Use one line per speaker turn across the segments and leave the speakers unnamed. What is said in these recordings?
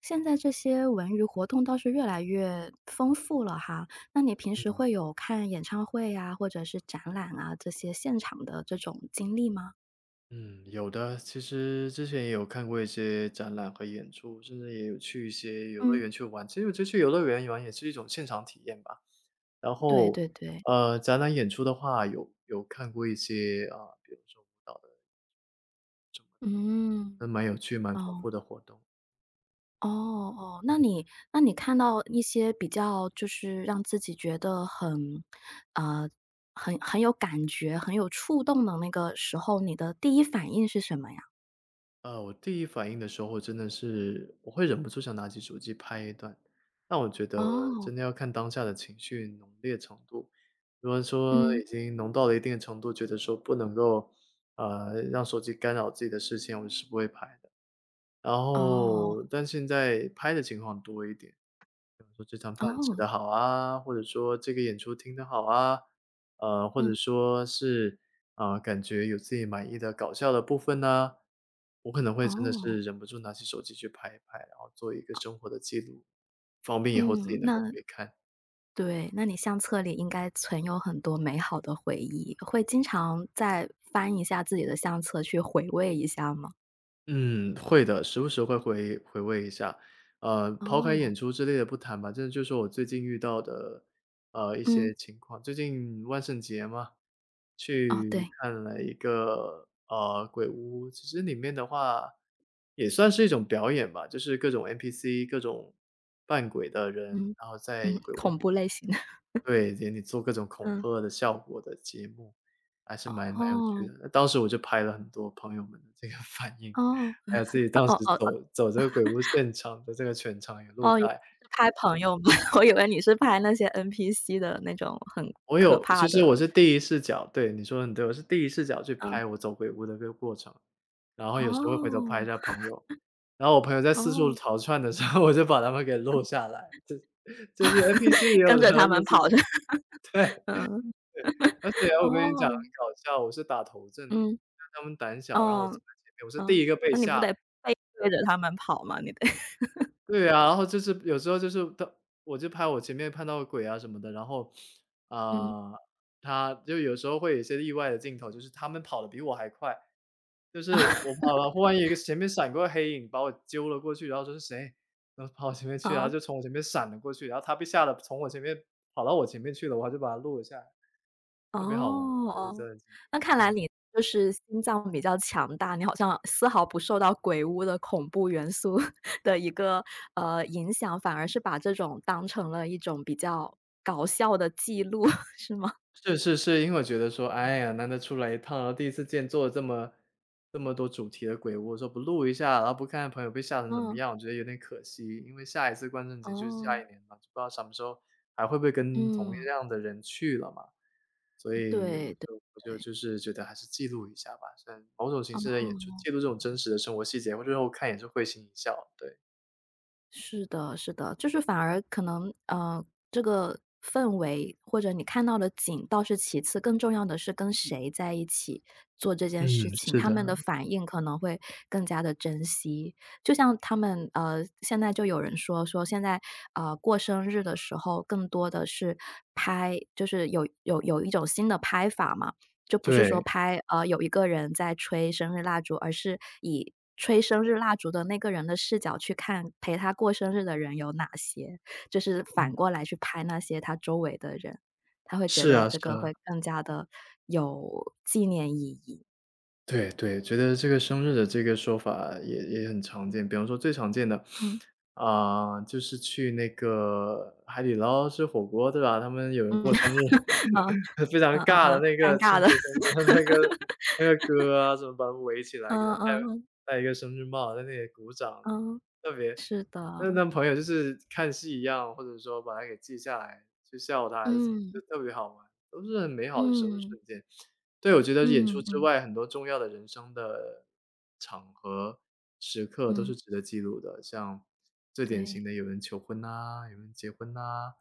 现在这些文娱活动倒是越来越丰富了哈，那你平时
嗯
会有看演唱会呀，或者是展览啊，这些现场的这种经历吗？
嗯，有的。其实之前也有看过一些展览和演出，甚至也有去一些游乐
嗯。
园去玩。其实我觉得去游乐园玩也是一种现场体验吧。然
对
后，
对对，
展览演出的话，有看过一些啊、比如说舞蹈的，那
嗯，
蛮有趣、蛮丰
哦，
富的活动。
哦哦，那你看到一些比较就是让自己觉得呃，很有感觉、很有触动的那个时候，你的第一反应是什么呀？
我第一反应的时候真的是我会忍不住想拿起手机拍一段，但我觉得
哦，
真的要看当下的情绪浓烈程度。如果说
嗯，
已经浓到了一定的程度，觉得说不能够，让手机干扰自己的视线，我是不会拍的。然
哦，
后，但现在拍的情况多一点，说这餐饭吃
哦，
得好啊，或者说这个演出听得好啊，或者
嗯，
说是啊，感觉有自己满意的搞笑的部分呢，我可能会真的
哦，
是忍不住拿起手机去拍一拍，然后做一个生活的记录，方便以后自己
嗯，
能够
那
回看。
对，那你相册里应该存有很多美好的回忆，会经常再翻一下自己的相册去回味一下吗？
嗯，会的，时不时会回味一下。抛开演
哦，
出之类的不谈吧，真的就是说我最近遇到的，一
嗯，
些情况。最近万圣节嘛，
哦，
去
对，
看了一个，鬼屋，其实里面的话也算是一种表演吧，就是各种 NPC，各种扮鬼的人，
嗯，
然后在
嗯，
鬼屋
恐怖类型的，
对，给你做各种恐
嗯，
吓的效果的节目，还是 蛮有趣
哦，
的。那当时我就拍了很多朋友们的这个 反应，
哦，
还有自己当
哦
时
哦
走这个鬼屋现场的这个全程也录
哦，原
下
来
来。
是拍朋友吗？我以为你是拍那些 NPC 的那种很
我
可
有其
怕
实我
的，
是第一视角，对，你说的很对，我是第一视角去
嗯，
拍我走鬼屋的这个过程，然后有时候会回头拍一
哦，
下朋友，然后我朋友在四处
哦，
逃窜的时候，我就把他们给录下来，就是 NPC 也 有
跟
把
着
它
他
录
们
进
跑
去，
的，
对
嗯，
对，而且我跟你讲
哦，
很搞笑，我是打头阵，我
嗯，
看他们胆小，然后我站
哦，
在前面，我是第
嗯，
一个被
那你不
吓
得背对着他们跑吗？你得
对啊，然后就是有时候就是他我就拍我前面看到鬼啊什么的，然后，
嗯，
啊，他就有时候会有一些意外的镜头，就是他们跑的比我还快，就是我跑了，忽然有一个前面闪过黑影把我揪了过去，然后说是谁，然后跑我前面去，然后
啊，
就从我前面闪了过去，然后他被吓得从我前面跑到我前面去了，我还就把他录了下来，
哦，
特别好玩，就是这
哦，
段经历，
那看来
嗯。
你就是心脏比较强大，你好像丝毫不受到鬼屋的恐怖元素 的一个影响，反而是把这种当成了一种比较搞笑的记录，是吗？
是是是，因为我觉得说，哎呀，难得出来一趟，然后第一次见做这么多主题的鬼屋，我说不录一下，然后不看看朋友被吓成什么
嗯，
样，我觉得有点可惜。因为下一次万圣节就是
哦，
下一年嘛，就不知道什么时候还会不会跟同一
嗯，
样的人去了嘛。所以我
对对对，
就我就就是觉得还是记录一下吧，像某种形式的演出，
哦，
记录这种真实的生活细节，我最后看也是会心一笑。对，
是的，是的，就是反而可能，这个氛围或者你看到的景倒是其次，更重要的是跟谁在一起做这件事
嗯，
情，
是
他们的
的，
反应可能会更加的珍惜。就像他们，现在就有人说现在，过生日的时候更多的是拍，就是有一种新的拍法嘛，就不是说
对，
拍，有一个人在吹生日蜡烛，而是以吹生日蜡烛的那个人的视角去看陪他过生日的人有哪些，就是反
嗯，
过来去拍那些他周围的人，他会觉
是
得
啊
这
是
个
啊。
会更加的有纪念意义。
对对，觉得这个生日的这个说法也很常见。比方说最常见的，
嗯，
啊、就是去那个海底捞吃火锅，对吧？他们有人
嗯
过生日，
嗯，
非常
嗯嗯
尬的
嗯，
那个
尴尬
庆
的，
祝生日 的 那个歌啊，什么把他们围起来，给他
嗯
戴
嗯嗯
戴一个生日帽，在那里鼓掌，
嗯，
特别
是的，
那那朋友就是看戏一样，或者说把它给记下来，去笑他还是什么，就
嗯，
特别好玩，都是很美好的生日
嗯，
瞬间。对，我觉得演
嗯
出之
嗯
外，很多重要的人生的场合、时刻都是
嗯，
值得记录的。像最典型
对，
的有人求婚呐、有人结婚呐、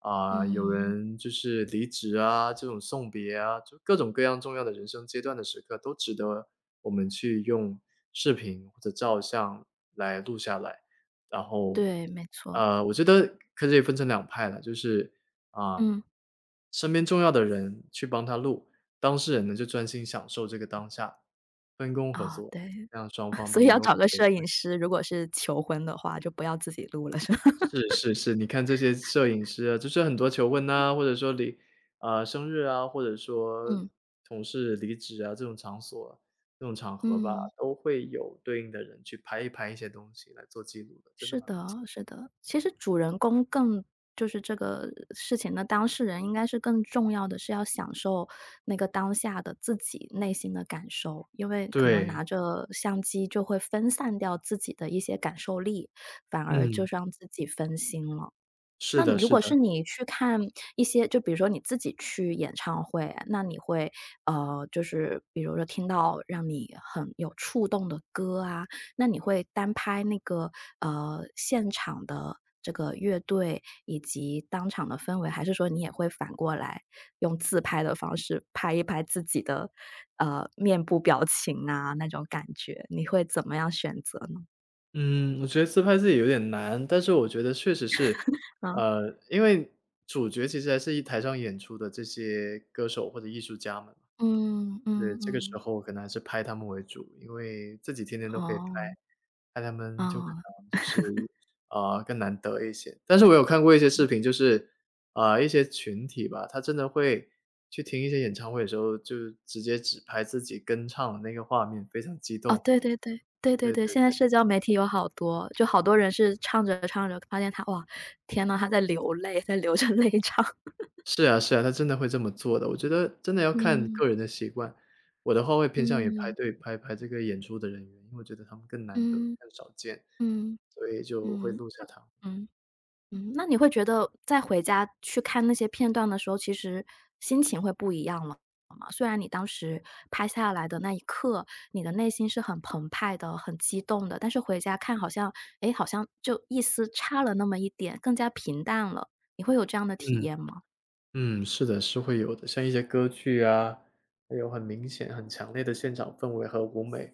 啊，有
嗯，
人就是离职啊，这种送别啊，就各种各样重要的人生阶段的时刻，都值得我们去用视频或者照相来录下来。然后，
对，没错，
我觉得可以分成两派了，就是啊，
嗯，
身边重要的人去帮他录，当事人呢就专心享受这个当下，分工合
啊，
作，
对。
让双方都
所以
能
要
够
找
获
个
得一样
摄
的
影师，如果是求婚的话，就不要自己录了，是吧？
是是是，你看这些摄影师啊，就是很多求婚呐，或者说离啊，呃生日啊，或者说
嗯，
同事离职啊，这种场所、这种场合吧，
嗯，
都会有对应的人去拍一些东西来做记录的，真的
是
蛮不错。
的，是的。其实主人公更就是这个事情的当事人，应该是更重要的是要享受那个当下的自己内心的感受，因为可能
对，
拿着相机就会分散掉自己的一些感受力，反而就
嗯，
让自己分心了。
是
那你
的
如
是
果是
的。
你去看一些，就比如说你自己去演唱会，那你会，就是比如说听到让你很有触动的歌啊，那你会单拍那个，现场的这个乐队以及当场的氛围，还是说你也会反过来用自拍的方式拍一拍自己的，面部表情啊，那种感觉，你会怎么样选择呢？
嗯，我觉得自拍自己有点难，但是我觉得确实是，
啊，
因为主角其实还是一台上演出的这些歌手或者艺术家们嘛，
嗯
对，
嗯
这个时
嗯，
候可能还是拍他们为主，因为自己天天都可以拍，
哦，
拍他们就可
哦。
能就是，啊更难得一些。但是我有看过一些视频，就是，啊一些群体吧，他真的会去听一些演唱会的时候，就直接只拍自己跟唱的那个画面，非常激
哦，
动，
对对对，对对
对
对，
对
现在
对。
社交媒体有好多，就好多人是唱着唱着发现他哇，天呐，他在流泪，在流着泪唱。
是啊是啊，他真的会这么做的，我觉得真的要看
嗯，
个人的习惯。我的话会偏向于排
嗯，
队拍这个演出的人员，因为我觉得他们更难得、
嗯，
更少见，
嗯，
所以就会
嗯，
录下他们。
嗯，嗯，那你会觉得在回家去看那些片段的时候，其实心情会不一样了吗？虽然你当时拍下来的那一刻，你的内心是很澎湃的、很激动的，但是回家看好像，哎，好像就意思差了那么一点，更加平淡了，你会有这样的体
嗯
验吗？
嗯，是的，是会有的，像一些歌剧啊，会有很明显、很强烈的现场氛围和舞美，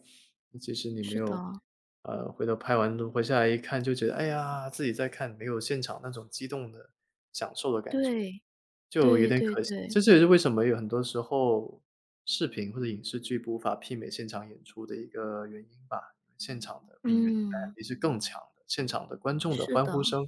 即使你没
是
有，
的，
回头拍完录回下来一看，就觉得哎呀，自己在看没有现场那种激动的享受的感觉。
对，
就有
对
点
对
可惜。
对，
这也是为什么有很多时候视频或者影视剧无法媲美现场演出的一个原因吧。现场的比原感
嗯，
感是更强的，现场的观众的
是
欢
的。
呼声、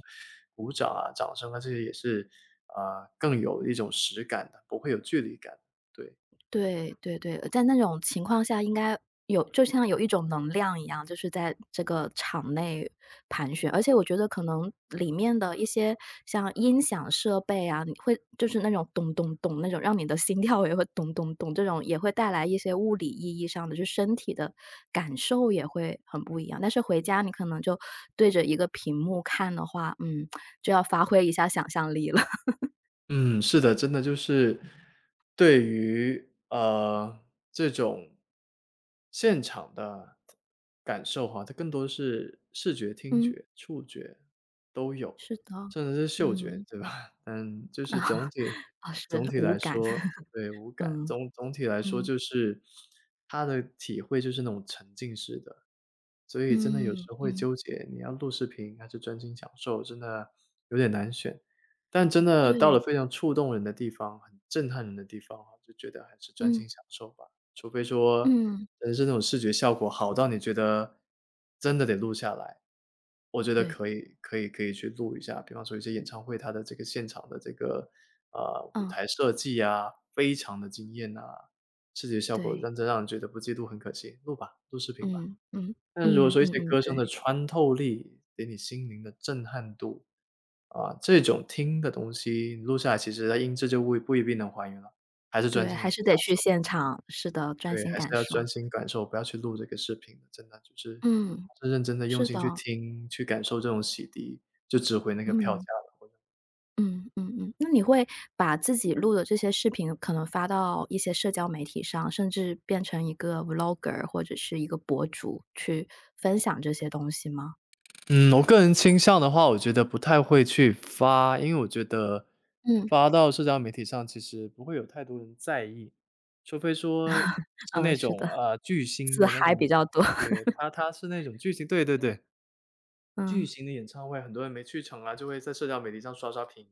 鼓掌啊、掌声啊，这些也是，啊，更有一种实感的，不会有距离感，对。
对对对，在那种情况下应该有，就像有一种能量一样，就是在这个场内盘旋。而且我觉得可能里面的一些像音响设备啊，你会就是那种咚咚咚那种，让你的心 跳也会咚咚咚，这种也会带来一些物理意义上的，就身体的感受也会很不一样。但是回家你可能就对着一个屏幕看的话，嗯，就要发挥一下想象力了。
嗯，是的，真的就是对于这种现场的感受哈，它更多是视觉、听
嗯，
觉、触觉都有，
是的，
甚至是嗅觉，
嗯。
对吧？嗯，就
啊，
是总体
啊是，
总体
无
来
感。
说，对，无感，
嗯，
总体来说
嗯，
就是他的体会就是那种沉浸式的，所以真的有时
嗯，
候会
嗯，
纠结，你要录视频还是专心享受，真的有点难选。但真的到了
对，
非常触动人的地方，很震撼人的地方啊，就觉得还是专
嗯，
心享受吧。除非说，
嗯，
人的是那种视觉效果好到你觉得真的得录下来，我觉得
对，
可以去录一下。比方说一些演唱会，它的这个现场的这个，舞
嗯，
台设计啊，非常的惊艳呐，视觉效果
对，
认真让人觉得不记录很可惜，录吧，录视频吧。
嗯，嗯，
但是如果
嗯，
说一
嗯，
些
嗯，
歌声
对，
的穿透力，给你心灵的震撼度，啊，这种听的东西录下来，其实它音质就不一定能还原了，还是专
对，
心的
还
去
是得
享
去
受。
现场，是的，专
对，
心
还是
感
要专
受。
心感受，不要去录这个视频的，真的就是，
嗯，
是认真的用
是
心去
的，
听，去感受这种洗涤，就值回那个票价。
嗯，嗯，嗯，嗯，那你会把自己录的这些视频可能发到一些社交媒体上，甚至变成一个 vlogger 或者是一个博主去分享这些东西吗？
嗯，我个人倾向的话，我觉得不太会去发，因为我觉得
嗯
发到社交媒体上其实不会有太多人在意，除非说是
嗯，
那
是
种，
的，
巨星
自
的那
嗨
种演
比
唱
较
会。
多，
对，他是那种巨星，对对对，巨
嗯。
星的演唱会，很多人没去成啊，就会在社交媒体上刷刷屏，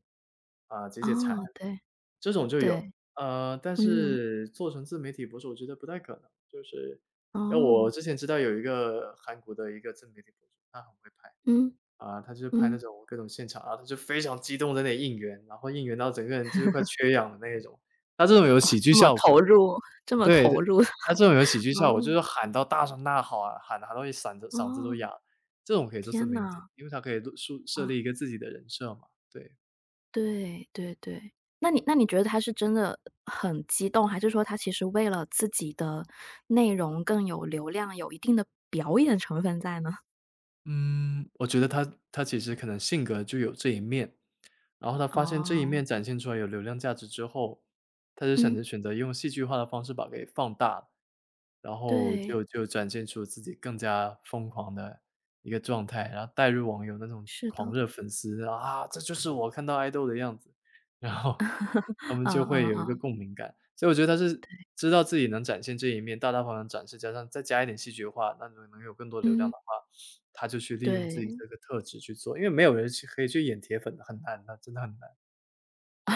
啊，解解馋，
哦，对，
这种就
对，
有。但
嗯，
是做成自媒体博主，我觉得不太可能，就是因为我
哦，
之前知道有一个韩国的一个自媒体博主，他很会拍。
嗯，
啊，他就是拍那
嗯，
种各种现场，然后他就非常激动在那里应援，然后应援到整个人就是快缺氧的那一种。他这种有喜剧
这么
效
投
果，
入，这么
对
投
的，
入。
他这种有喜 剧效
哦，
果，就是喊到大声呐吼啊，喊喊到嗓子都哑
哦，
了，这种可以做自
天
媒体，
呐，
因为他可以树设
哦，
立一个自己的人设嘛，对。
对，对，对。那你觉得他是真的很激动，还是说他其实为了自己的内容更有流量，有一定的表演成分在呢？
嗯，我觉得他其实可能性格就有这一面，然后他发现这一
哦，
面展现出来有流量价值之后，他就想
嗯，
着选择用戏剧化的方式把给放大。然后
对，
就展现出自己更加疯狂的一个状态，然后带入网友那种
是的，
狂热粉丝啊，这就是我看到爱豆的样子，然后他们
嗯
就会
嗯
有一个
嗯，
共鸣感。所以我觉得他是知道自己能展现这一面，大大方方展示，加上再加一点戏剧化，那能有更多流量
嗯，
的话，他就去利用自己
对。
这个特质去做，因为没有人去可以去演铁粉的，很难的，真的很难。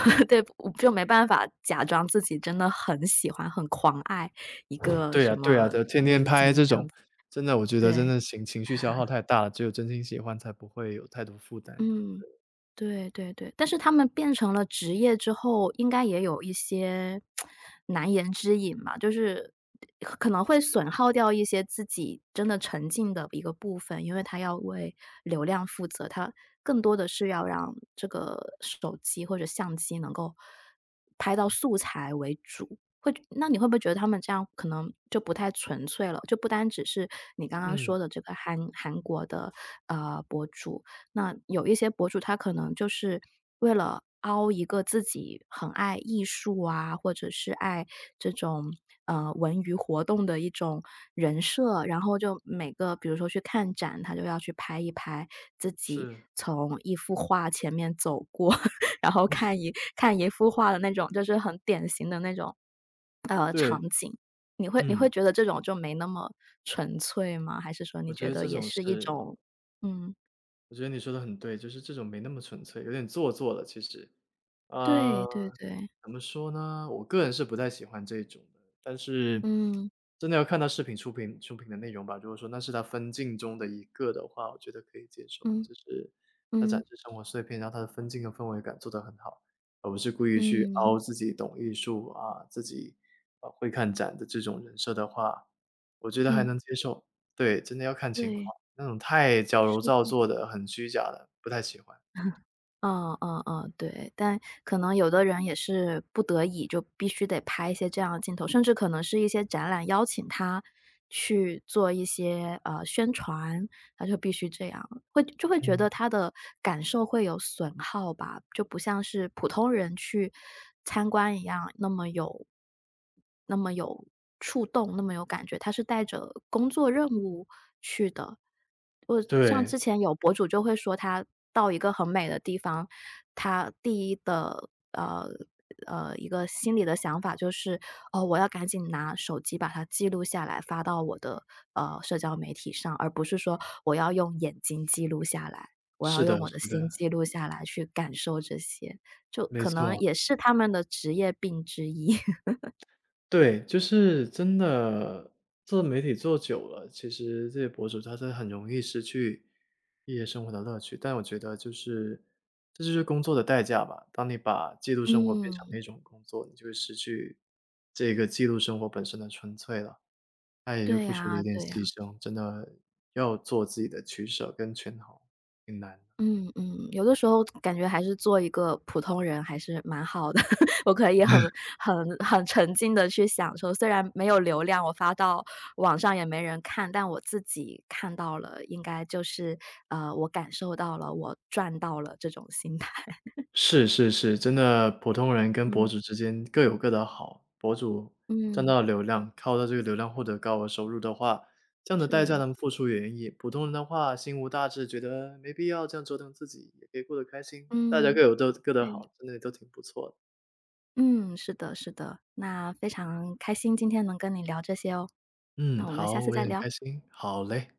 对，我就没办法假装自己真的很喜欢、很狂爱一个
对
什
呀对呀，
么
就天天
明
拍
星
这
这样
种，
子。
真的我觉得真
对，
的情绪消耗太大了，只有真心喜欢才不会有太多负担。
嗯，对对对。但是他们变成了职业之后，应该也有一些难言之隐吧，就是可能会损耗掉一些自己真的沉浸的一个部分，因为他要为流量负责，他更多的是要让这个手机或者相机能够会那你会不会觉得他们这样可能就不太纯粹了？就不单只是你刚刚
嗯，
说的这个韩国的，博主，那有一些博主他可能就是为了凹一个自己很爱艺术啊，或者是爱这种，文娱活动的一种人设，然后就每个比如说去看展，他就要去拍一拍自己
是。
从一幅画前面走过，然后看一看一幅画的那种，就是很典型的那种，
对，
你会你
嗯，
会觉得这种就没那么纯粹吗？还是说
我
你
觉
觉
得
得
这
也
种
是一
是，
种，嗯，
我觉得你说的很对，就是这种没那么纯粹，有点做作了其实。呃，
对对对，
怎么说呢？我个人是不太喜欢这种的，但是
嗯，
真的要看到视频出品的内容吧。如果说那是他分镜中的一个的话，我觉得可以接受，
嗯，
就是他展
嗯，
示生活碎片，然后他的分镜和氛围感做得很好，而不是故意去凹
嗯，
自己懂艺术啊，自己会看展的这种人设的话，我觉得还
嗯，
能接受。对，真的要看情况，
对，
那种太矫揉
是
造
的。
作的、很虚假的，不太喜欢。
嗯嗯嗯，对，但可能有的人也是不得已，就必须得拍一些这样的镜头，甚至可能是一些展览邀请他去做一些，宣传。他就必须这样，会，就会觉
嗯，
得他的感受会有损耗吧，就不像是普通人去参观一样那么有，那么有触动，那么有感觉。他是带着工作任务去的。我像
对，
之前有博主就会说他到一个很美的地方，他第一的一个心里的想法就是，哦，我要赶紧拿手机把它记录下来，发到我的社交媒体上，而不是说我要用眼睛记录下来，我
是
要
的，
用我的
是
心
的。
记录下来去感受这些，就
没
可能
错，
也是他们的职业病之一。
对，就是真的做媒体做久了，其实这些博主他是很容易失去一些生活的乐趣。但我觉得就是这就是工作的代价吧，当你把记录生活变成
嗯，
了一种工作，你就会失去这个记录生活本身的纯粹了，他也就
对
付出了一
呀，
点
对呀。
牺牲，真的要做自己的取舍跟权衡，挺难的。
嗯嗯，有的时候感觉还是做一个普通人还是蛮好的，我可以很很沉浸的去享受，虽然没有流量，我发到网上也没人看，但我自己看到了，应该就是，我感受到了，我赚到了这种心态。
是是是，真的普通人跟博
嗯
主之间各有各的好。博主赚
嗯，
到流量，靠着这个流量获得高额收入的话，这样的代价
是，
能付出也愿意。普通人的话，心无大志，觉得没必要这样折腾自己，也可以过得开心。大家各
嗯，
有各的
对，
好，真的都挺不错的。
嗯，是的是的，那非常开心今天能跟你聊这些哦，
嗯，
那我们下
好，
次
我也
再
很
聊。
开心。好嘞。